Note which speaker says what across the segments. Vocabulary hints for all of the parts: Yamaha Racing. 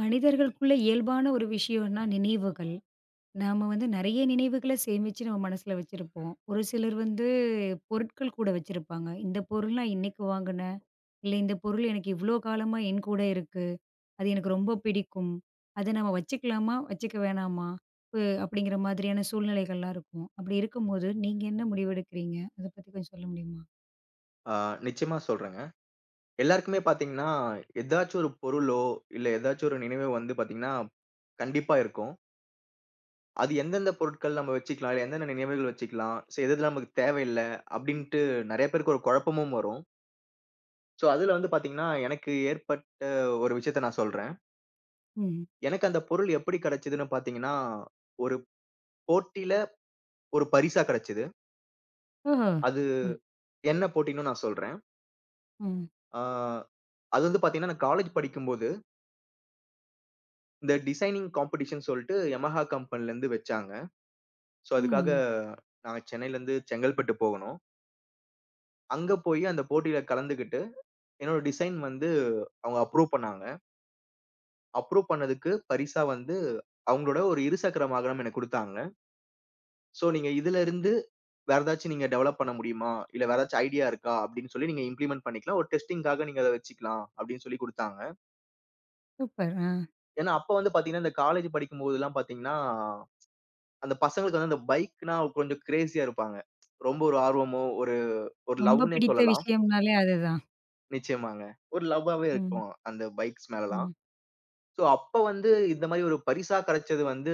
Speaker 1: மனிதர்களுக்குள்ள இயல்பான ஒரு விஷயம்னா நினைவுகள். நாம வந்து நெறைய நினைவுகள சேமிச்சு நம்ம மனசுல வச்சிருப்போம். ஒரு சிலர் வந்து பொருட்கள் கூட வச்சிருப்பாங்க. இந்த பொருள் நான் இன்னைக்கு வாங்குனேன். இல்ல இந்த பொருள் எனக்கு இவ்ளோ காலமா என் கூட இருக்கு. அது எனக்கு ரொம்ப பிடிக்கும். அத நம்ம வச்சுக்கலாமா? வச்சுக்க வேணாமா? அ அப்படிங்கிற மாதிரியான சூழ்நிலைகள்லாம் இருக்கும். அப்படி இருக்கும்போது நீங்க என்ன முடிவெடுக்கிறீங்க? அத பத்தி கொஞ்சம் சொல்ல முடியுமா?
Speaker 2: ஆ நிச்சயமா சொல்றேங்க. எல்லாருக்குமே பார்த்தீங்கன்னா, ஏதாச்சும் ஒரு பொருளோ, இல்ல ஏதாச்சும் ஒரு நினைவோ வந்து பார்த்தீங்கன்னா, கண்டிப்பா இருக்கும். அது எந்தெந்த பொருட்கள் நம்ம வச்சுக்கலாம், இல்ல எந்தெந்த நினைவுகள் வச்சுக்கலாம், சோ எது எதுலாம் நமக்கு தேவையில்ல அப்டின்ட்டு நெறைய பேருக்கு ஒரு குழப்பமும் வரும். சோ அதுல வந்து பார்த்தீங்கன்னா, எனக்கு ஏற்பட்ட ஒரு விஷயத்த நான் சொல்றேன்.
Speaker 1: ம்.
Speaker 2: எனக்கு அந்த பொருள் எப்படி கிடைச்சதுன்னு பார்த்தீங்கன்னா, ஒரு போட்டியில ஒரு பரிசா கிடைச்சது.
Speaker 1: ஓஹோ!
Speaker 2: அது
Speaker 1: ம்,
Speaker 2: என்ன போட்டின்னும் நான் சொல்றேன்.
Speaker 1: ம்,
Speaker 2: ஆ அது வந்து பார்த்தீங்கன்னா, நான் காலேஜ் படிக்கும்போது இந்த டிசைனிங் காம்படிஷன் சொல்ட்டு Yamaha கம்பெனிலேருந்து வச்சாங்க. ஸோ, அதுக்காக
Speaker 1: ம்.
Speaker 2: நாங்க சென்னையிலேருந்து செங்கல்பட்டு போகணும். அங்க போய் அந்த போட்டியில கலந்துக்கிட்டு, என்னோட டிசைன் வந்து அவங்க அப்ரூவ் பண்ணாங்க. அப்ரூவ் பண்ணதுக்கு பரிசா வந்து அவங்களோட ஒரு இருசக்கர வாகனம் எனக்கு குடுத்தாங்க. ஸோ, நீங்க இதிலருந்து வேற ஏதாச்சும் நீங்க டெவலப் பண்ண முடியுமா? இல்ல வேற ஏதாச்சும் ஐடியா இருக்கா? அப்படின்னு சொல்லி நீங்க இம்ப்ளிமெண்ட் பண்ணிக்கலாம். ஒரு டெஸ்டிங்க்காக நீங்க அத வச்சுக்கலாம் அப்படின்னு சொல்லி குடுத்தாங்க.
Speaker 1: சூப்பர். ஆ.
Speaker 2: ஏன்னா, அப்ப வந்து பார்த்தீங்கன்னா, இந்த காலேஜ் படிக்கும்போதெல்லாம் பார்த்தீங்கன்னா அந்த பசங்களுக்கு வந்து அந்த பைக்னா கொஞ்சம் கிரேசியா இருப்பாங்க. ரொம்ப ஒரு ஆர்வமோ, ஒரு ஒரு
Speaker 1: ரொம்ப
Speaker 2: லவ்வுன்னே
Speaker 1: பிடித்த
Speaker 2: சொல்லலாம்.
Speaker 1: விஷயம்னாலே அதுதான்.
Speaker 2: நிச்சயமாங்க. ஒரு லவ்வாவே
Speaker 1: ம்,
Speaker 2: இருக்கும் அந்த பைக்ஸ் மேலலாம்.
Speaker 1: ம்.
Speaker 2: ஸோ அப்ப வந்து இந்த மாரி ஒரு பரிசா கிடைச்சது வந்து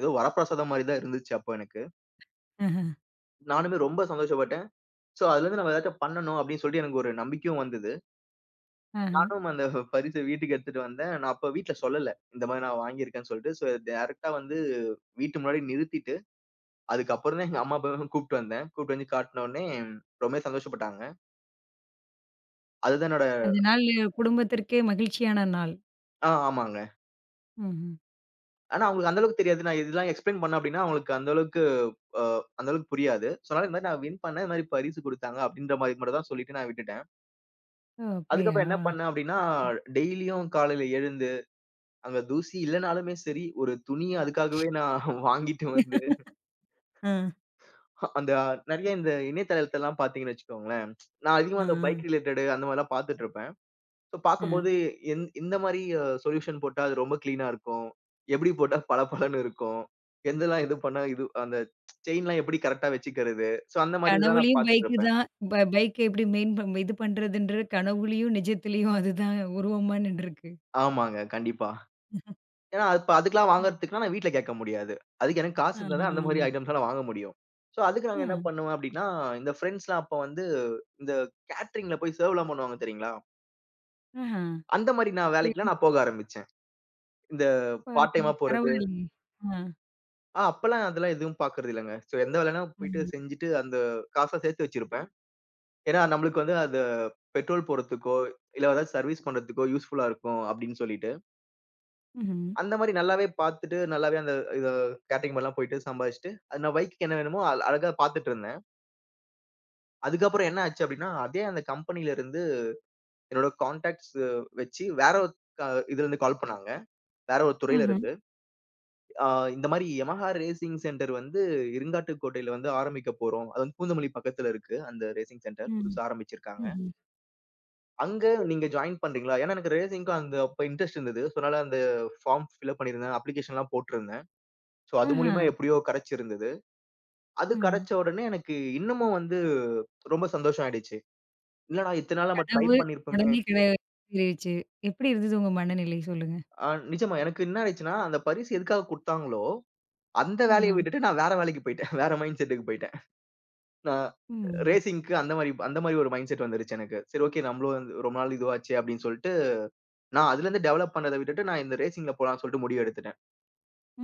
Speaker 2: ஏதோ வரப்பிரசாதம் மாரி தான் இருந்துச்சு அப்போ எனக்கு.
Speaker 1: ஆஹ,
Speaker 2: நானுமே ரொம்ப சந்தோஷப்பட்டேன். ஸோ அதுலருந்து நம்ம ஏதாச்சும் பண்ணணும் அப்படின்னு சொல்லிட்டு எனக்கு ஒரு நம்பிக்கையும் வந்தது.
Speaker 1: ஆஹ.
Speaker 2: நானும் அந்த பரிச வீட்டுக்கு எடுத்துட்டு வந்தேன். நான் அப்ப வீட்ல சொல்லல. இந்த மாரி நான் வாங்கியிருக்கேன்னு சொல்லிட்டு. ஸோ டைரக்ட்டா வந்து வீட்டு முன்னாடி நிறுத்திட்டு, அதுக்கப்புறம் தான் எங்க அம்மா, அப்பாவ கூப்ட்டு வந்தேன். கூப்ட்டு வந்து காட்டுன உடனே ரொம்பவே சந்தோஷப்பட்டாங்க. அதுதான் என்னோட.
Speaker 1: அந்த நாள் குடும்பத்திற்கே மகிழ்ச்சியான நாள்.
Speaker 2: ஆமாங்க.
Speaker 1: ம்ஹ்ம்.
Speaker 2: ஆனா அவங்களுக்கு அந்த அளவுக்கு தெரியாது. நான் இதெல்லாம் எக்ஸ்ப்ளைன் பண்ணேன் அப்டின்னா, அவங்களுக்கு அந்த அளவுக்கு அ அந்த அளவுக்கு புரியாது. ஸோ அதனால இந்த மாரி நான் வின் பண்ணேன். இந்த மாரி பரிசு குடுத்தாங்க அப்டின்ற மாரி மட்டும் தான் சொல்லிட்டு நான் விட்டுட்டேன்.
Speaker 1: ஓ! அப்படியா?
Speaker 2: அதுக்கப்புறம் என்ன பண்ணேன் அப்டின்னா, டெய்லியும் காலையில எழுந்து, அங்க தூசி இல்லனாலுமே சரி, ஒரு துணிய அதுக்காகவே நான் வாங்கிட்டு வந்து,
Speaker 1: ஆ,
Speaker 2: அந்த நெறைய இந்த இணையதளத்தலாம் பார்த்தீங்கன்னு வச்சுக்கோங்களேன், நான் அதிகமா
Speaker 1: ஆ,
Speaker 2: அந்த பைக் ரிலேட்டடு அந்த மாரிலாம் பார்த்துட்டுருப்பேன். ஸோ
Speaker 1: ஆ.
Speaker 2: பார்க்கும்போது, எந்த மாரி சொல்யூஷன் போட்டா அது ரொம்ப கிளீனா இருக்கும்? எப்படி போட்டா பளபளன்னு இருக்கும்? எதெல்லாம் இது பண்ணா இது அந்த செயின்லாம் எப்படி கரெக்ட்டா வச்சுக்கிறது? ஸோ அந்த மாரி இதெல்லாம் நான்
Speaker 1: கனவுலயும் பைக்கு
Speaker 2: பார்த்துட்டுருப்பேன்.
Speaker 1: தான். பைக் எப்படி மெயின் இது பண்றதுன்ற கனவுலயும், நிஜத்திலயும் அதுதான் உருவமா நின்றுருக்கு.
Speaker 2: ஆமாங்க, கண்டிப்பா. ஏன்னா இப்ப அதுக்கெல்லாம்
Speaker 1: ம்.
Speaker 2: வாங்குறதுக்குலாம் நான் வீட்ல கேட்க முடியாது. அதுக்கு எனக்கு காசு இருந்தா தான் அந்த
Speaker 1: ஆஹா.
Speaker 2: மாரி ஐட்டம்ஸ்லாம் நான் வாங்க முடியும். ஸோ அதுக்கு
Speaker 1: ஆ,
Speaker 2: நாங்க என்ன பண்ணுவோம் அப்படின்னா, இந்த ஃப்ரெண்ட்ஸ்லாம் அப்ப வந்து இந்த கேட்டரிங்ல போய் சர்வ்லாம் பண்ணுவாங்க தெரியுங்களா?
Speaker 1: ஆஹா.
Speaker 2: அந்த மாரி நான்
Speaker 1: சரி
Speaker 2: வேலைக்குலாம் நான் போக ஆரம்பிச்சேன். இந்த பார்ட்
Speaker 1: பாருங்க.
Speaker 2: டைமா போற.
Speaker 1: பரவாயில்லையே. ஆ,
Speaker 2: அப்பல்லாம் அதெல்லாம் எதுவும் பாக்குறது இல்லங்க. ஸோ எந்த வேலைனா போயிட்டு
Speaker 1: ம்.
Speaker 2: செஞ்சுட்டு அந்த காச சேர்த்து வச்சிருப்பேன். ஏன்னா நம்மளுக்கு வந்து அது பெட்ரோல் போடுறதுக்கோ, இல்ல ஏதாவது சர்வீஸ் பண்றதுக்கோ யூஸ்ஃபுல்லா இருக்கும் அப்படின்னு சொல்லிட்டு,
Speaker 1: ம்ஹ்ம்.
Speaker 2: அந்த மாரி நல்லாவே பார்த்துட்டு, நல்லாவே அந்த இத கேட்டரிங் மாரிலாம் போயிட்டு சம்பாதிச்சுட்டு, அது நான் பைக்குக்கு என்ன வேணுமோ அழகா பார்த்துட்டு இருந்தேன். அதுக்கப்புறம் என்ன ஆச்சு அப்படின்னா, அதே அந்த கம்பெனில இருந்து என்னோட கான்டாக்ட்ஸ் வச்சு வேற ஒரு க இதுலருந்து கால் பண்ணாங்க. வேற ஒரு துறையில
Speaker 1: ம்ஹ்ம்.
Speaker 2: இருந்து. ஆ இந்த மாரி Yamaha ரேசிங் சென்டர் வந்து இருங்காட்டுக்கோட்டையில வந்து ஆரம்பிக்க போறோம். அது வந்து பூந்தமல்லி பக்கத்துல இருக்கு. அந்த ரேசிங் சென்டர்
Speaker 1: ம்.
Speaker 2: புதுசா ஆரம்பிச்சிருக்காங்க.
Speaker 1: ம்ஹ்ம்.
Speaker 2: அங்க நீங்க ஜாயின் பண்றீங்களா? ஏன்னா எனக்கு ரேசிங்க்கும் அந்த அப்ப இன்ட்ரெஸ்ட் இருந்தது. ஸோ அதனால அந்த ஃபார்ம் ஃபில்அப் பண்ணியிருந்தேன். அப்ளிகேஷன்லாம் போட்டிருந்தேன். ஸோ அது
Speaker 1: ஆஹா.
Speaker 2: மூலியமா எப்படியோ கெடைச்சிருந்தது. அது
Speaker 1: ம்.
Speaker 2: கெடைச்ச உடனே எனக்கு இன்னமும் வந்து ரொம்ப சந்தோஷம் ஆயிடுச்சு. "என்னடா இத்தன நாள் நம்ம ட்ரை
Speaker 1: கனவு
Speaker 2: பண்ணியிருப்போமே".
Speaker 1: உடனே கிடை நிறைவேறுச்சு. எப்படி இருந்தது உங்க மனநிலை? சொல்லுங்க.
Speaker 2: ஆ நிஜமா எனக்கு என்ன ஆயிடுச்சுன்னா, அந்த பரிசு எதுக்காக குடுத்தாங்களோ, அந்த வேலைய
Speaker 1: ஆஹ.
Speaker 2: விட்டுட்டு நான் வேற வேலைக்கு போயிட்டேன். வேற மைண்ட் செட்டுக்கு போயிட்டேன். நான்
Speaker 1: ம்.
Speaker 2: ரேசிங்க்கு அந்த மாரி ஒரு மைண்ட் செட் வந்துருச்சு எனக்கு. சரி, ஓகே, நம்மளும் வந்து ரொம்ப நாள் இதுவாச்சே அப்படின்னு சொல்லிட்டு, நான் அதுலருந்து டெவலப் பண்ணத விட்டுட்டு, நான் இந்த ரேசிங்ல போலான்னு சொல்லிட்டு முடிவு எடுத்துட்டேன்.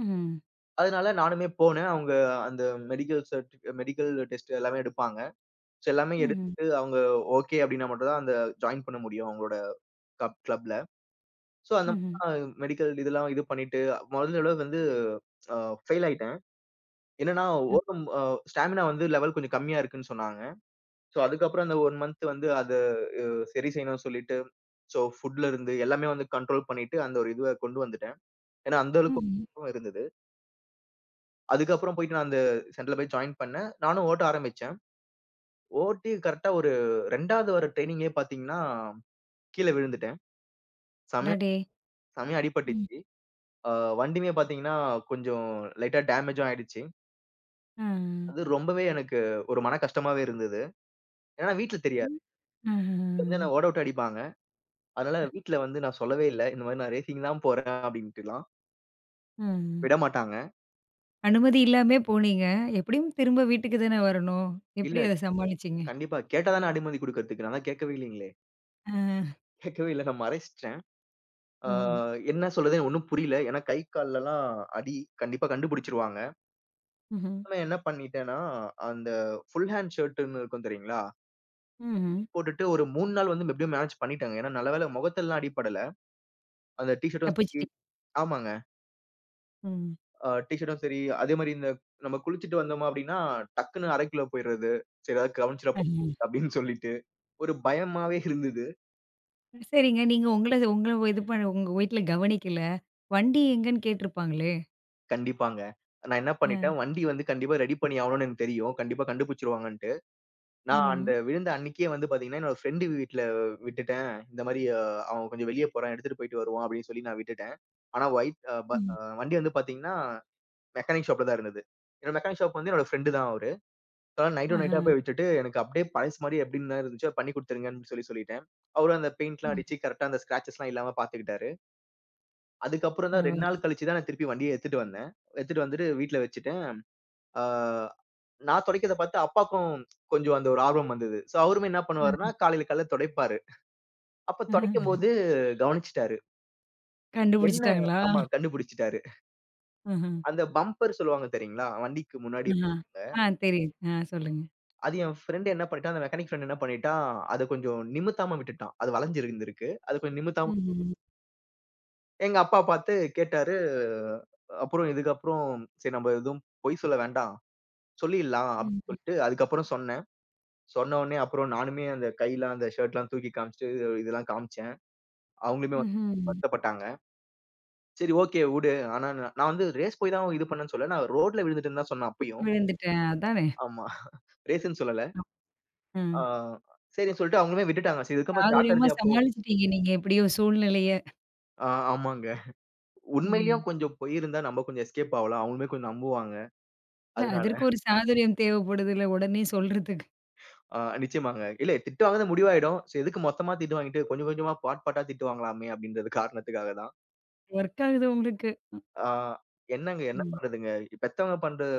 Speaker 1: ம்ஹ்ம்.
Speaker 2: அதனால நானுமே போனேன். அவங்க அந்த மெடிக்கல் டெஸ்ட் எல்லாமே எடுப்பாங்க. சோ எல்லாமே
Speaker 1: హుహు.
Speaker 2: எடுத்துட்டு அவங்க ஓகே அப்படின்னா மட்டும் தான் அந்த ஜாயின் பண்ண முடியும் அவங்களோட கப் கிளப்ல. சோ அந்த
Speaker 1: హుహు.
Speaker 2: மெடிக்கல் இதெல்லாம் இது பண்ணிட்டு முதல் தடவ வந்து அ ஃபெயில் ஆயிட்டேன். என்னன்னா
Speaker 1: ఆ!
Speaker 2: ஓடும் ஸ்டாமினா வந்து லெவல் கொஞ்சம் கம்மியா இருக்குன்னு சொன்னாங்க. சோ, அதுக்கப்புறம் அந்த 1 மந்த் வந்து அத அ சரி செய்யணும்னு சொல்லிட்டு, சோ ஃபுட்ல இருந்து எல்லாமே வந்து கண்ட்ரோல் பண்ணிட்டு, அந்த ஒரு இதுவ கொண்டு வந்துட்டேன். ஏன்னா, அந்த அளவுக்கு
Speaker 1: హుహు.
Speaker 2: கோபம் இருந்தது. அதுக்கப்புறம் போயிட்டு நான் அந்த சென்டர்ல போய் ஜாயின் பண்ணேன். நானும் ஓட்ட ஆரம்பிச்சேன். ஓட்டி கரெக்ட்டா ஒரு 2வது வர ட்ரெய்னிங்லயே பார்த்தீங்கன்னா, கீழ விழுந்துட்டேன். செமையா
Speaker 1: அடடே!
Speaker 2: செமையா
Speaker 1: ம்.
Speaker 2: அடிபட்டுச்சு. அ வண்டியுமே பார்த்தீங்கன்னா, கொஞ்சம் லைட்டா டேமேஜும் ஆயிடுச்சு.
Speaker 1: ஆ.
Speaker 2: அது ரொம்பவே எனக்கு ஒரு மன கஷ்டமாவே இருந்தது. ஏன்னா வீட்ல தெரியாது.
Speaker 1: ம்.
Speaker 2: தெரிஞ்சா என்ன
Speaker 1: ஆஹஹ.
Speaker 2: ஓட விட்டு அடிப்பாங்க. அதனால வீட்ல வந்து நான் சொல்லவே இல்ல. இந்த மாரி நான் ரேசிங் தான் போறேன் அப்படின்ட்டுலாம்.
Speaker 1: ஆ.
Speaker 2: விடமாட்டாங்க.
Speaker 1: அனுமதி இல்லாமயே போனீங்க. எப்படியும் திரும்ப வீட்டுக்கு தானே வரணும்.
Speaker 2: இல்ல
Speaker 1: எப்படி அத சமாளிச்சீங்க?
Speaker 2: கண்டிப்பா. கேட்டா தானே அனுமதி குடுக்கறதுக்கு. நான் தான் கேட்கவே இல்லைங்களே!
Speaker 1: ஆ.
Speaker 2: கேட்கவே இல்ல. நான் மறைச்சுட்டேன். ஆ
Speaker 1: ஆ.
Speaker 2: என்ன சொல்றதுன்னு ஒண்ணும் புரியல. ஏன்னா கை, கால்லலாம் அடி. கண்டிப்பா கண்டுபிடிச்சுருவாங்க.
Speaker 1: ம்ஹ்ம்.
Speaker 2: நான் என்ன பண்ணிட்டேன்னா, அந்த ஃபுல் ஹேண்ட் ஷர்ட்டுன்னு இருக்கும் தெரியுங்களா?
Speaker 1: ம்ஹ்ம்.
Speaker 2: போட்டுட்டு ஒரு 3 நாள் வந்து எப்படியோ மேனேஜ் பண்ணிட்டேங்க. ஏன்னா நல்ல வேளை முகத்தெல்லாம் அடிபடல. அந்த டீ ஷர்ட்டும் சரி.
Speaker 1: தப்பிச்சுட்டீங்க.
Speaker 2: ஆமாங்க.
Speaker 1: ம்.
Speaker 2: டீ ஷர்ட்டும் சரி, அதே மாரி இந்த நம்ம குளிச்சுட்டு வந்தோமா அப்படின்னா, டக்குன்னு அறைக்குள்ள போயிறது. சரி ஏதாவது கவனிச்சிட போ
Speaker 1: அஹ.
Speaker 2: அப்படின்னு சொல்லிட்டு. ஒரு பயமாவே இருந்தது.
Speaker 1: சரிங்க. நீங்க உங்கள உங்கள இது பண்ண உங்க வீட்ல கவனிக்கல. வண்டி எங்கன்னு கேட்டுருப்பாங்களே?
Speaker 2: கண்டிப்பாங்க. நான் என்ன
Speaker 1: அ.
Speaker 2: பண்ணிட்டேன், வண்டி வந்து கண்டிப்பா ரெடி பண்ணி ஆவணும்னு எனக்கு தெரியும். கண்டிப்பா கண்டுபிடிச்சுருவாங்கன்ட்டு. நான் அந்த
Speaker 1: ம்.
Speaker 2: விழுந்த அன்னைக்கே வந்து பார்த்தீங்கன்னா, என்னோட ஃப்ரெண்டு வீட்ல விட்டுட்டேன். இந்த மாரி அவன் கொஞ்சம் வெளிய போறான். எடுத்துட்டு போயிட்டு வருவான் அப்படின்னு சொல்லி நான் விட்டுட்டேன். ஆனா ஒயிட் அ ப
Speaker 1: ம்.
Speaker 2: அ வண்டி வந்து பார்த்தீங்கன்னா, மெக்கானிக் ஷாப்ல தான் இருந்தது. என்னோட மெக்கானிக் ஷாப் வந்து என்னோட ஃப்ரெண்டு தான் அவரு. அதனால நைட் டூ
Speaker 1: ஆஹ.
Speaker 2: நைட்டா போய் விட்டுட்டு, எனக்கு அப்படியே பழசு மாரி எப்படின்னு தான் இருந்துச்சோ பண்ணி குடுத்துருங்கன்னு சொல்லி சொல்லிட்டேன். அவரும் அந்த பெயிண்ட்லாம் எல்லாம்
Speaker 1: ம்.
Speaker 2: அடிச்சு கரெக்ட்டா அந்த ஸ்க்ராச்சஸ்லாம் இல்லாம பார்த்துக்கிட்டாரு. அதுக்கப்புறம் தான் 2
Speaker 1: பரவால்ல.
Speaker 2: நாள் கழிச்சு தான் நான் திருப்பி வண்டிய எடுத்துட்டு வந்தேன். எடுத்துட்டு வந்துட்டு வீட்ல வச்சுட்டேன். ஆ நான் தொடைக்கிறத பார்த்து அப்பாக்கும் கொஞ்சம் அந்த ஒரு ஆர்வம் வந்தது. சோ அவருமே என்ன
Speaker 1: அ.
Speaker 2: பண்ணுவாருன்னா, காலையில காலையில தொடைப்பாரு. அப்ப தொடைக்கும்போது கவனிச்சுட்டாரு. என்ன
Speaker 1: கண்டுபிடிச்சுட்டாங்களா?
Speaker 2: ஆமா கண்டுபிடிச்சுட்டாரு.
Speaker 1: ஆஹ.
Speaker 2: அந்த பம்பர் சொல்லுவாங்க தெரியுங்களா? வண்டிக்கு முன்னாடி
Speaker 1: ஆஹ. ஆ தெரியுது. ஆ சொல்லுங்க.
Speaker 2: அது என் ஃப்ரெண்ட் என்ன பண்ணிட்டான், அந்த மெக்கானிக் ஃப்ரெண்ட் என்ன பண்ணிட்டான், அத கொஞ்சம் நிமித்தாம விட்டுட்டான். அது வளைஞ்சு இருந்திருக்கு. அது கொஞ்சம் நிமித்தாம
Speaker 1: ம்ஹ்ம்.
Speaker 2: எங்க அப்பா பார்த்து கேட்டாரு. அப்புறம் இதுக்கப்புறம் சரி நம்ம எதுவும் பொய் சொல்ல வேண்டாம். சொல்லிடலாம் அப்படின்னு
Speaker 1: ம்.
Speaker 2: சொல்லிட்டு அதுக்கப்புறம் சொன்னேன். சொன்ன உடனே அப்புறம் நானுமே அந்த கையில அந்த ஷர்ட்லாம் தூக்கி காமிச்சுட்டு, இதெல்லாம் காமிச்சேன். அவங்களுமே வந்து
Speaker 1: ம்ஹ்ம்.
Speaker 2: வருத்தப்பட்டாங்க. சரி, ஓகே, வுடு. ஆனா நான் நான் வந்து ரேஸ் போய் தான் இது பண்ணேன்னு சொல்லல. நான் ரோட்ல விழுந்துட்டேன்னு தான் சொன்னேன் அப்பயும்.
Speaker 1: விழுந்துட்டேன். அதானே.
Speaker 2: ஆமா. ரேஸ்ன்னு சொல்லல. ஆ
Speaker 1: ம்.
Speaker 2: சரின்னு சொல்லிட்டு அவங்களுமே விட்டுட்டாங்க. சரி இதுக்கப்புறம்
Speaker 1: சாதுரியமா
Speaker 2: ஜாக்கிரதையா போ.
Speaker 1: சமாளிச்சுட்டீங்க நீங்க எப்படியோ சூழ்நிலைய.
Speaker 2: ஆ ஆமாங்க. உண்மையிலேயும்
Speaker 1: ம்.
Speaker 2: கொஞ்சம் பொய் இருந்தா நம்ம கொஞ்சம் எஸ்கேப் ஆவலாம். அவங்களுமே கொஞ்சம் நம்புவாங்க.
Speaker 1: இல்ல
Speaker 2: அதனால.
Speaker 1: அதற்கு ஒரு சாதுரியம் தேவைப்படுதுல்ல உடனே சொல்றதுக்கு.
Speaker 2: நிச்சயமாங்க. இல்ல திட்டு வாங்குறது முடிவாயிடும். சரி எதுக்கு மொத்தமா திட்டு வாங்கிட்டு, கொஞ்சம் கொஞ்சமா பார்ட் பார்ட்டா திட்டு வாங்கலாமே அப்படின்றது காரணத்துக்காக தான்.
Speaker 1: ஒர்க் ஆகுது உங்களுக்கு.
Speaker 2: ஆ என்னங்க என்ன
Speaker 1: ம்.
Speaker 2: பண்றதுங்க? பெத்தவங்க பண்றது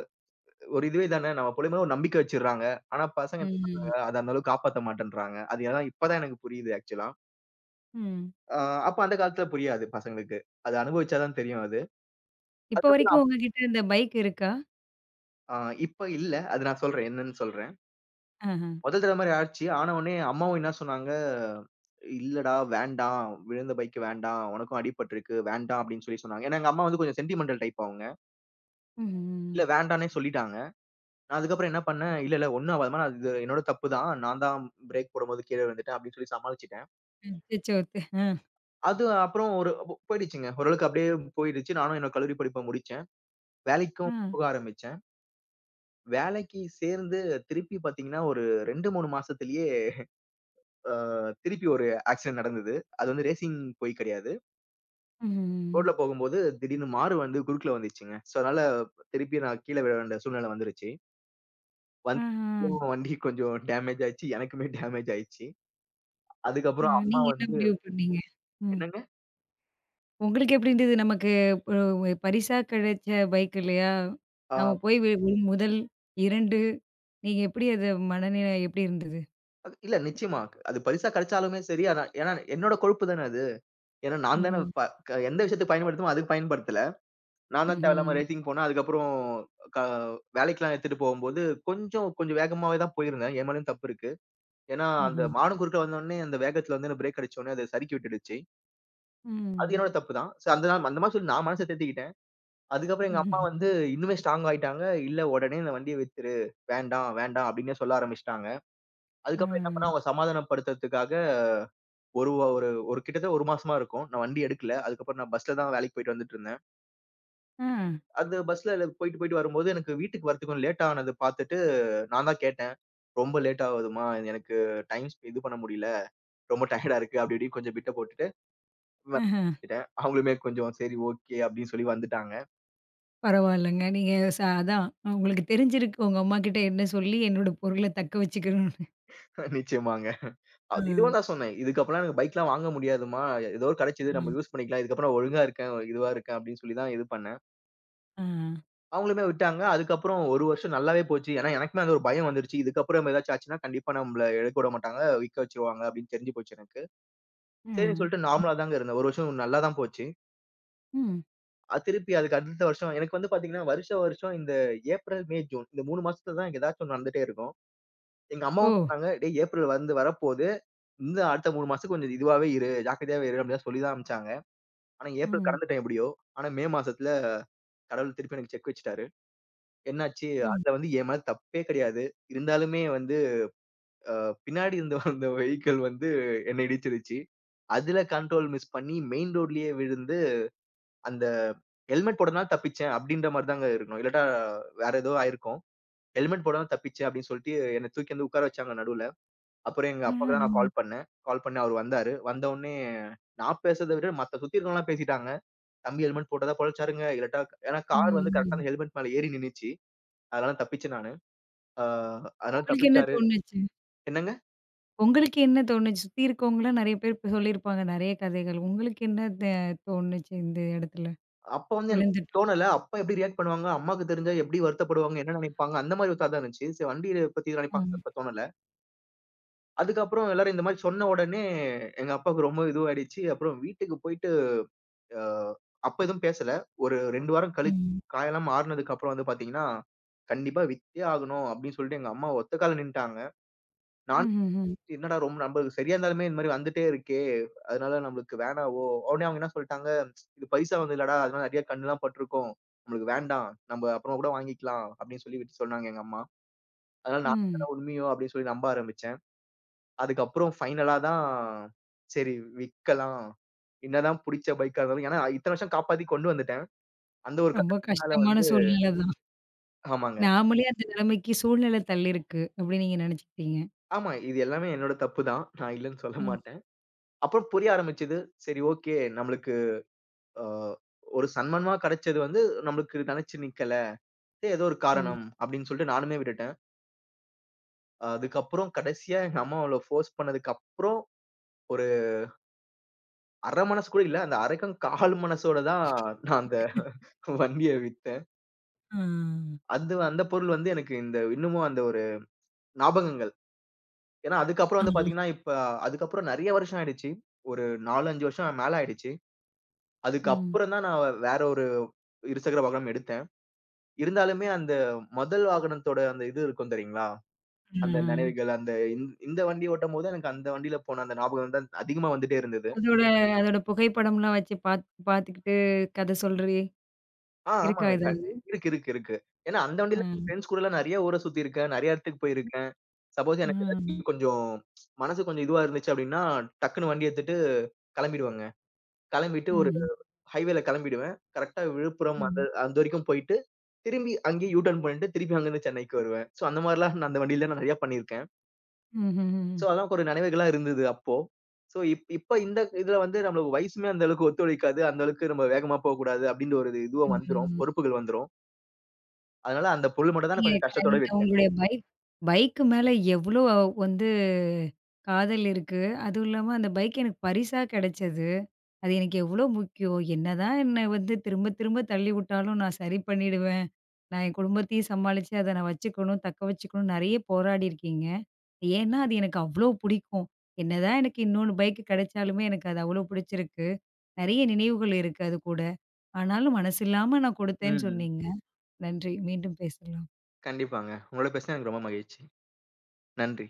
Speaker 2: ஒரு இதுவே தானே. நம்ம பிள்ளை மேல ஒரு நம்பிக்கை வச்சுர்றாங்க. ஆனா பசங்க என்ன
Speaker 1: ம்.
Speaker 2: பண்றாங்க, அத அந்த அளவுக்கு காப்பாத்த மாட்டேன்றாங்க. அது எல்லாம் இப்ப தான் எனக்கு புரியுது ஆக்சுவலா.
Speaker 1: ம்.
Speaker 2: அ அப்ப அந்த காலத்துல புரியாது பசங்களுக்கு. அது அனுபவிச்சா தான் தெரியும் அது.
Speaker 1: இப்ப
Speaker 2: அதுக்கப்புறம்
Speaker 1: வரைக்கும்
Speaker 2: அப்
Speaker 1: உங்ககிட்ட இந்த பைக் இருக்கா?
Speaker 2: அ இப்ப இல்ல. அது நான் சொல்றேன். என்னன்னு சொல்றேன்.
Speaker 1: ஆஹ.
Speaker 2: முதல் தடவ மாரி ஆச்சு. ஆன உடனே அம்மாவும் என்ன சொன்னாங்க, "இல்லடா வேண்டாம். விழுந்த பைக் வேண்டாம். உனக்கும் அடிபட்டுருக்கு. வேண்டாம்." அப்படின்னு சொல்லி சொன்னாங்க. ஏன்னா எங்க அம்மா வந்து கொஞ்சம் சென்டிமெண்டல் டைப் அவங்க.
Speaker 1: ம்ஹ்ம்.
Speaker 2: இல்ல வேண்டான்னே சொல்லிட்டாங்க. நான் அதுக்கப்புறம் என்ன பண்ணேன், "இல்ல, இல்ல ஒண்ணும் ஆவாதும்மா. அது என்னோட தப்பு தான். நான் தான் பிரேக் போடும்போது கீழ விழுந்துட்டேன்." அப்படின்னு சொல்லி சமாளிச்சுட்டேன்.
Speaker 1: அச்சச்சோ! த் ஆ.
Speaker 2: அது அப்புறம் ஒரு போயிடுச்சுங்க. ஓரளவுக்கு அப்படியே போயிடுச்சு. நானும் என்னோட கல்லூரி படிப்ப முடிச்சேன். வேலைக்கும்
Speaker 1: ஆ.
Speaker 2: போக ஆரம்பிச்சேன். வேலைக்கு சேர்ந்து திருப்பி பார்த்தீங்கன்னா, ஒரு 2, 3 மாசத்திலேயே அ திருப்பி ஒரு ஆக்சிடென்ட் நடந்தது. அது வந்து ரேசிங் போய் கிடையாது.
Speaker 1: ம்ஹ்ம்.
Speaker 2: ரோட்ல போகும்போது திடீர்னு மாறு வந்து குறுக்குல வந்துச்சுங்க. ஸோ அதனால திருப்பி நான் கீழ விழ வேண்டிய சூழ்நிலை வந்துருச்சு.
Speaker 1: ஆஹா.
Speaker 2: வண்டி கொஞ்சம் டேமேஜ் ஆயிடுச்சு. எனக்குமே டேமேஜ் ஆயிடுச்சு. அதுக்கப்புறம் அம்மா
Speaker 1: நீங்க என்ன
Speaker 2: வந்து
Speaker 1: முடிவு பண்ணீங்க? ம்.
Speaker 2: என்னங்க?
Speaker 1: உங்களுக்கு எப்படி இருந்தது? நமக்கு ஒரு பரிசா கிடைச்ச பைக் இல்லையா? நம்ம
Speaker 2: ஆ
Speaker 1: போய் வி வி- முதல் 2 நீங்க எப்படி அத மனநிலை எப்படி இருந்தது?
Speaker 2: அது இல்ல நிச்சயமா. அது பரிசா கிடைச்சாலுமே சரி, அதான் ஏன்னா என்னோட கொழுப்பு தானே அது. ஏன்னா நான் தானே
Speaker 1: ம்ஹ்ம்.
Speaker 2: ப க எந்த விஷயத்துக்கு பயன்படுத்தணுமோ அதுக்கு பயன்படுத்தல. நான் தான்
Speaker 1: ம்ஹ்ம்.
Speaker 2: தேவையில்லாம ரேசிங் போனேன். அதுக்கப்புறம் க வேலைக்கெல்லாம் எடுத்துட்டு போகும்போது கொஞ்சம் கொஞ்சம் வேகமாவே தான் போயிருந்தேன். என் மேலயும் தப்பு இருக்கு. ஏன்னா அந்த
Speaker 1: ம்ஹ்ம்.
Speaker 2: மானும் குறுக்க வந்தோனே அந்த வேகத்துல வந்து என்ன பிரேக் அடிச்ச உடனே அது சறுக்கி விட்டுடுச்சு. அது
Speaker 1: ம்.
Speaker 2: என்னோட தப்பு தான். சோ அந்த நாள் அந்த மாதிரி சொல்லி நான் மனச தேத்திக்கிட்டேன். அதுக்கப்புறம் எங்க அம்மா
Speaker 1: ம்ஹும்.
Speaker 2: வந்து இன்னுமே ஸ்ட்ராங் ஆயிட்டாங்க. இல்ல உடனே இந்த வண்டிய வித்துரு. வேண்டாம், வேண்டாம் அப்டின்னே சொல்ல ஆரம்பிச்சுட்டாங்க.
Speaker 1: ஆ.
Speaker 2: அதுக்கப்புறம் என்ன பண்ணேன் அவங்க சமாதானப்படுத்துறதுக்காக ஒரு வ ஒரு ஒரு கிட்டத்தட்ட 1 மாசமா இருக்கும். நான் வண்டி எடுக்கல. அதுக்கப்புறம் நான் பஸ்ல தான் வேலைக்கு போயிட்டு வந்துட்டுருந்தேன்.
Speaker 1: ஆ.
Speaker 2: அந்த பஸ்ல போயிட்டு, போயிட்டு வரும்போது எனக்கு வீட்டுக்கு வரதுக்கு கொஞ்சம் லேட் ஆனத பார்த்துட்டு நான் தான் கேட்டேன். "ரொம்ப லேட் ஆகுதும்மா. எனக்கு டைம் ஸ் இது பண்ண முடியல. ரொம்ப டயர்டா இருக்கு." அப்படி இப்படின்னு கொஞ்சம் பிட்ட போட்டுட்டு
Speaker 1: ஆஹ.
Speaker 2: ட்டேன். அவங்களுமே கொஞ்சம் சரி, ஓகே, அப்படின்னு சொல்லி வந்துட்டாங்க.
Speaker 1: பரவாயில்லங்க. நீங்க ச அதான் உங்களுக்கு தெரிஞ்சிருக்கு உங்க அம்மாகிட்ட என்ன சொல்லி என்னோட பொருள தக்க வச்சுக்கணும்னு.
Speaker 2: நிச்சயமாங்க.
Speaker 1: ஆ.
Speaker 2: அது இதுவும் நான் சொன்னேன். "இதுக்கப்புறம் எனக்கு பைக்லாம் வாங்க முடியாதும்மா. ஏதோ ஒரு கிடைச்சது நம்ம யூஸ் பண்ணிக்கலாம். இதுக்கப்புறம் ஒழுங்கா இருக்கேன், இதுவா இருக்கேன்" அப்படின்னு சொல்லி தான் இது பண்ணேன்.
Speaker 1: ஆ. ஆ.
Speaker 2: அவங்களுமே விட்டாங்க. அதுக்கப்புறம் 1 வருஷம் நல்லாவே போச்சு. ஏன்னா, எனக்குமே அந்த ஒரு பயம் வந்துருச்சு. இதுக்கப்புறம் ஏதாச்சும் ஆச்சுன்னா, கண்டிப்பா நம்மள எடுக்க விட மாட்டாங்க. விக்க வச்சுருவாங்க அப்படின்னு தெரிஞ்சு போச்சு எனக்கு. சரின்னு சொல்லிட்டு நார்மலா தாங்க இருந்தேன். 1 வருஷம் நல்லா தான் போச்சு.
Speaker 1: ம்.
Speaker 2: அது திருப்பி அதுக்கு அடுத்த வருஷம் எனக்கு வந்து பார்த்தீங்கன்னா, வருஷா வருஷம் இந்த ஏப்ரல், மே, ஜூன் இந்த 3 மாசத்துல தான் எனக்கு ஏதாச்சும் ஒண்ணு நடந்துட்டே இருக்கும். எங்க
Speaker 1: ஓ!
Speaker 2: அம்மாவும் சொன்னாங்க, "டேய் ஏப்ரல் வந்து வரப்போது. இந்த அடுத்த 3 மாசத்துக்கு கொஞ்சம் இதுவாவே இரு. ஜாக்கிரதையாவே இரு" அப்படிலாம் சொல்லி தான் அனுப்பிச்சாங்க. ஆனா, ஏப்ரல்
Speaker 1: ம்.
Speaker 2: கடந்துட்டேன் எப்படியோ. ஆனா, மே மாசத்துல கடவுள் திருப்பி எனக்கு செக் வச்சுட்டாரு. என்னாச்சு,
Speaker 1: ம்.
Speaker 2: அதுல வந்து என் மேல தப்பே கிடையாது. இருந்தாலுமே வந்து அ பின்னாடி வந்த வெஹிக்கிள் வந்து என்ன இடிச்சிருச்சு. அதுல கண்ட்ரோல் மிஸ் பண்ணி மெயின் ரோட்லயே விழுந்து, அந்த ஹெல்மெட் போடாதனால தப்பிச்சேன் அப்டின்ற மாரி தாங்க இருக்கணும். இல்லாட்டா வேற ஏதோ ஆயிருக்கும். ஹெல்மெட் போடாம தப்பிச்சேன் அப்டின்னு சொல்லிட்டு என்ன தூக்கி வந்து உட்கார வச்சாங்க நடுவுல. அப்புறம் எங்க அப்பாக்கு தான் நான்
Speaker 1: ம்.
Speaker 2: கால் பண்ணேன். கால் பண்ணி அவரு வந்தாரு. வந்தவுனே நான் பேசுறத விட மத்த சுத்தி இருக்கவங்கலாம் பேசிட்டாங்க. "தம்பி ஹெல்மெட் போட்டா தான் பொழச்சாருங்க. இல்லாட்டா" ஏன்னா
Speaker 1: ம்.
Speaker 2: கார் வந்து கரெக்ட்டா
Speaker 1: ம்.
Speaker 2: அந்த ஹெல்மெட் மேல ஏறி நின்னுச்சு. அதனால தப்பிச்சேன் நானு. அ அதனால
Speaker 1: உங்களுக்கு என்ன
Speaker 2: தப்பிச்சாரு.
Speaker 1: தோணுச்சு?
Speaker 2: என்னங்க?
Speaker 1: உங்களுக்கு என்ன தோணுச்சு? சுத்தி இருக்கவங்கலாம் நெறைய பேர் இப்ப சொல்லியிருப்பாங்க நெறைய கதைகள். உங்களுக்கு என்ன த தோணுச்சு இந்த இடத்துல?
Speaker 2: அப்ப வந்து எனக்கு
Speaker 1: விழுந்துட்டோம்.
Speaker 2: தோணல. அப்பா எப்படி ரியாக்ட் பண்ணுவாங்க? அம்மாக்கு தெரிஞ்சா எப்படி வருத்தப்படுவாங்க? என்ன நினைப்பாங்க? அந்த மாரி ஒரு தாட் தான் இருந்துச்சு. சரி வண்டிய பத்தி எதும் நினைப்பாங்கன்னு
Speaker 1: ம்.
Speaker 2: அப்ப தோணல. அதுக்கப்புறம் எல்லாரும் இந்த மாரி சொன்ன உடனே, எங்க அப்பாவுக்கு ரொம்ப இதுவாயிடுச்சு. அப்புறம் வீட்டுக்கு போயிட்டு அ அப்ப எதுவும் பேசல. ஒரு 2 வாரம் கழிச்சு
Speaker 1: ம்.
Speaker 2: காயெல்லாம் ஆறுனதுக்கு அப்புறம் வந்து பாத்தீங்கன்னா, "கண்டிப்பா வித்தே ஆகணும்" அப்படின்னு சொல்லிட்டு எங்க அம்மா ஒத்த கால்ல நின்ட்டாங்க. நானும்
Speaker 1: ம்ஹ்ஹ்ம்.
Speaker 2: என்னடா ரொம்ப நம்மளுக்கு சரியா இருந்தாலுமே இந்த மாரி வந்துட்டே இருக்கே! அதனால நம்மளுக்கு வேணாவோ! உடனே அவங்க என்ன சொல்ட்டாங்க, "இது பைசா வந்து இல்லடா, அதனால நெறைய கண்லாம் பட்டுருக்கும். நம்மளுக்கு வேண்டாம். நம்ப அப்புறமா கூட வாங்கிக்கலாம்." அப்படின்னு சொல்லி விட்டு சொன்னாங்க எங்க அம்மா. அதனால நான்
Speaker 1: ம்.
Speaker 2: தானே உண்மையோ அப்படின்னு சொல்லி நம்ப ஆரம்பிச்சேன். அதுக்கப்புறம் ஃபைனலா தான் சரி விக்கலாம். என்னதான் புடிச்ச பைக்கா இருந்தாலும் ஏன்னா இத்தன வருஷம் காப்பாத்தி கொண்டு வந்துட்டேன். அந்த ஒரு
Speaker 1: ரொம்ப
Speaker 2: கட்டத்துக்கு மேல
Speaker 1: கஷ்டமான
Speaker 2: வந்து
Speaker 1: சூழ்நிலை தான்.
Speaker 2: ஆமாங்க.
Speaker 1: நாமளே அந்த நிலைமைக்கு சூழ்நிலை தள்ளியிருக்கு அப்படின்னு நீங்க நெனச்சுக்கிட்டீங்க.
Speaker 2: ஆமா. இது எல்லாமே என்னோட தப்பு தான். நான் இல்லன்னு சொல்ல
Speaker 1: ம்.
Speaker 2: மாட்டேன். அப்புறம் புரிய ஆரம்பிச்சது. சரி, ஓகே. நம்மளுக்கு அ ஒரு சன்மானமா கிடைச்சது வந்து நம்மளுக்கு நினைச்சு நிக்கல. "ஏய், ஏதோ ஒரு
Speaker 1: ம்.
Speaker 2: காரணம் அப்படின்னு சொல்லிட்டு நானுமே விட்டுட்டேன். அதுக்கப்புறம் கடைசியா எங்க அம்மா அவள ஃபோர்ஸ் பண்ணதுக்கு அப்புறம் ஒரு 1/2 மனசு கூட இல்ல. அந்த 1/4 மனசோட தான் நான் அந்த வண்டிய வித்தேன்.
Speaker 1: ஆ.
Speaker 2: அது அந்த பொருள் வந்து எனக்கு இந்த இன்னமும் அந்த ஒரு ஞாபகங்கள். ஏன்னா அதுக்கப்புறம் வந்து
Speaker 1: ம்.
Speaker 2: பார்த்தீங்கன்னா, இப்ப அதுக்கப்புறம் நிறைய வருஷம் ஆயிடுச்சு. ஒரு 4, 5 வருஷம் மேல ஆயிடுச்சு.
Speaker 1: ம்.
Speaker 2: அதுக்கப்புறம் தான் நான் வேற ஒரு இருசக்கர வாகனம் எடுத்தேன். இருந்தாலுமே அந்த முதல் வாகனத்தோட அந்த இது இருக்கும் தெரியுங்களா? அந்த
Speaker 1: ம்.
Speaker 2: நினைவுகள், அந்த இந் இந்த வண்டி ஓட்டம்போது எனக்கு அந்த வண்டியில போன அந்த ஞாபகம் தான் அதிகமா வந்துட்டே இருந்தது.
Speaker 1: அதோட அதோட புகைப்படம்லாம் வச்சு பாத்துக்கிட்டு கதை சொல்றே இருக்கா
Speaker 2: ஆமாங்க.
Speaker 1: ஏதாவது?
Speaker 2: இருக்கு. ஏன்னா அந்த வண்டியில
Speaker 1: ம்.
Speaker 2: ஃப்ரெண்ட்ஸ் கூடலாம் நெறைய ஊர சுத்தியிருக்கேன். நெறைய இடத்துக்கு போயிருக்கேன். சப்போஸ் எனக்கு
Speaker 1: ம்.
Speaker 2: ஏதாச்சும் கொஞ்சம் மனசு கொஞ்சம் இதுவா இருந்துச்சு அப்டின்னா, டக்குன்னு வண்டி எடுத்துட்டு கெளம்பிடுவேங்க. கெளம்பிட்டு ஒரு
Speaker 1: ம்.
Speaker 2: ஹைவேல கெளம்பிடுவேன். கரெக்ட்டா விழுப்புரம் அந்த
Speaker 1: ம்.
Speaker 2: அந்த வரைக்கும் போயிட்டு, திரும்பி அங்கேயே யூ டர்ன் பண்ணிட்டு, திருப்பி அங்கருந்து சென்னைக்கு வருவேன். ஸோ அந்த மாரிலாம் நான் அந்த வண்டியில நெறைய பண்ணியிருக்கேன்.
Speaker 1: ம்ஹ்ஹ்ம்.
Speaker 2: சோ, அதெல்லாம் ஒரு நினைவுகளா இருந்தது அப்போ. சோ, இப்ப இந்த இதுல வந்து நம்மளுக்கு வயசுமே அந்த அளவுக்கு ஒத்துழைக்காது. அந்த அளவுக்கு நம்ம வேகமா போகக்கூடாது அப்டின்ற ஒரு இதுவா
Speaker 1: ம்.
Speaker 2: வந்துரும்.
Speaker 1: ம்.
Speaker 2: பொறுப்புகள் வந்துரும். அதனால அந்த பொருள் மட்டும் தான் நான்
Speaker 1: நீங்க
Speaker 2: கொஞ்சம்
Speaker 1: க
Speaker 2: கஷ்டத்தோட
Speaker 1: நீங்க
Speaker 2: விட்டேன்.
Speaker 1: உங்களுடைய பைக்கு மேல எவ்ளோ வந்து காதல் இருக்கு. அதுவும் இல்லாம அந்த பைக் எனக்கு பரிசா கிடைச்சது. அது எனக்கு எவ்ளோ முக்கியம். என்னதான் என்ன வந்து திரும்ப திரும்ப தள்ளி விட்டாலும் நான் சரி பண்ணிடுவேன். நான் என் குடும்பத்தையும் சமாளிச்சு அத நான் வச்சுக்கணும், தக்க வச்சுக்கணும் நெறைய போராடியிருக்கீங்க. ஏன்னா, அது எனக்கு அவ்ளோ புடிக்கும். என்னதான் எனக்கு இன்னொன்னு பைக் கிடைச்சாலுமே எனக்கு அது அவ்ளோ புடிச்சிருக்கு. நெறைய நினைவுகள் இருக்கு அது கூட. ஆனாலும் மனசில்லாம நான் கொடுத்தேன்னு
Speaker 2: ம்.
Speaker 1: சொன்னீங்க. நன்றி. மீண்டும் பேசலாம்.
Speaker 2: கண்டிப்பாங்க. உங்களோட பேசினது எனக்கு ரொம்ப மகிழ்ச்சி. நன்றி.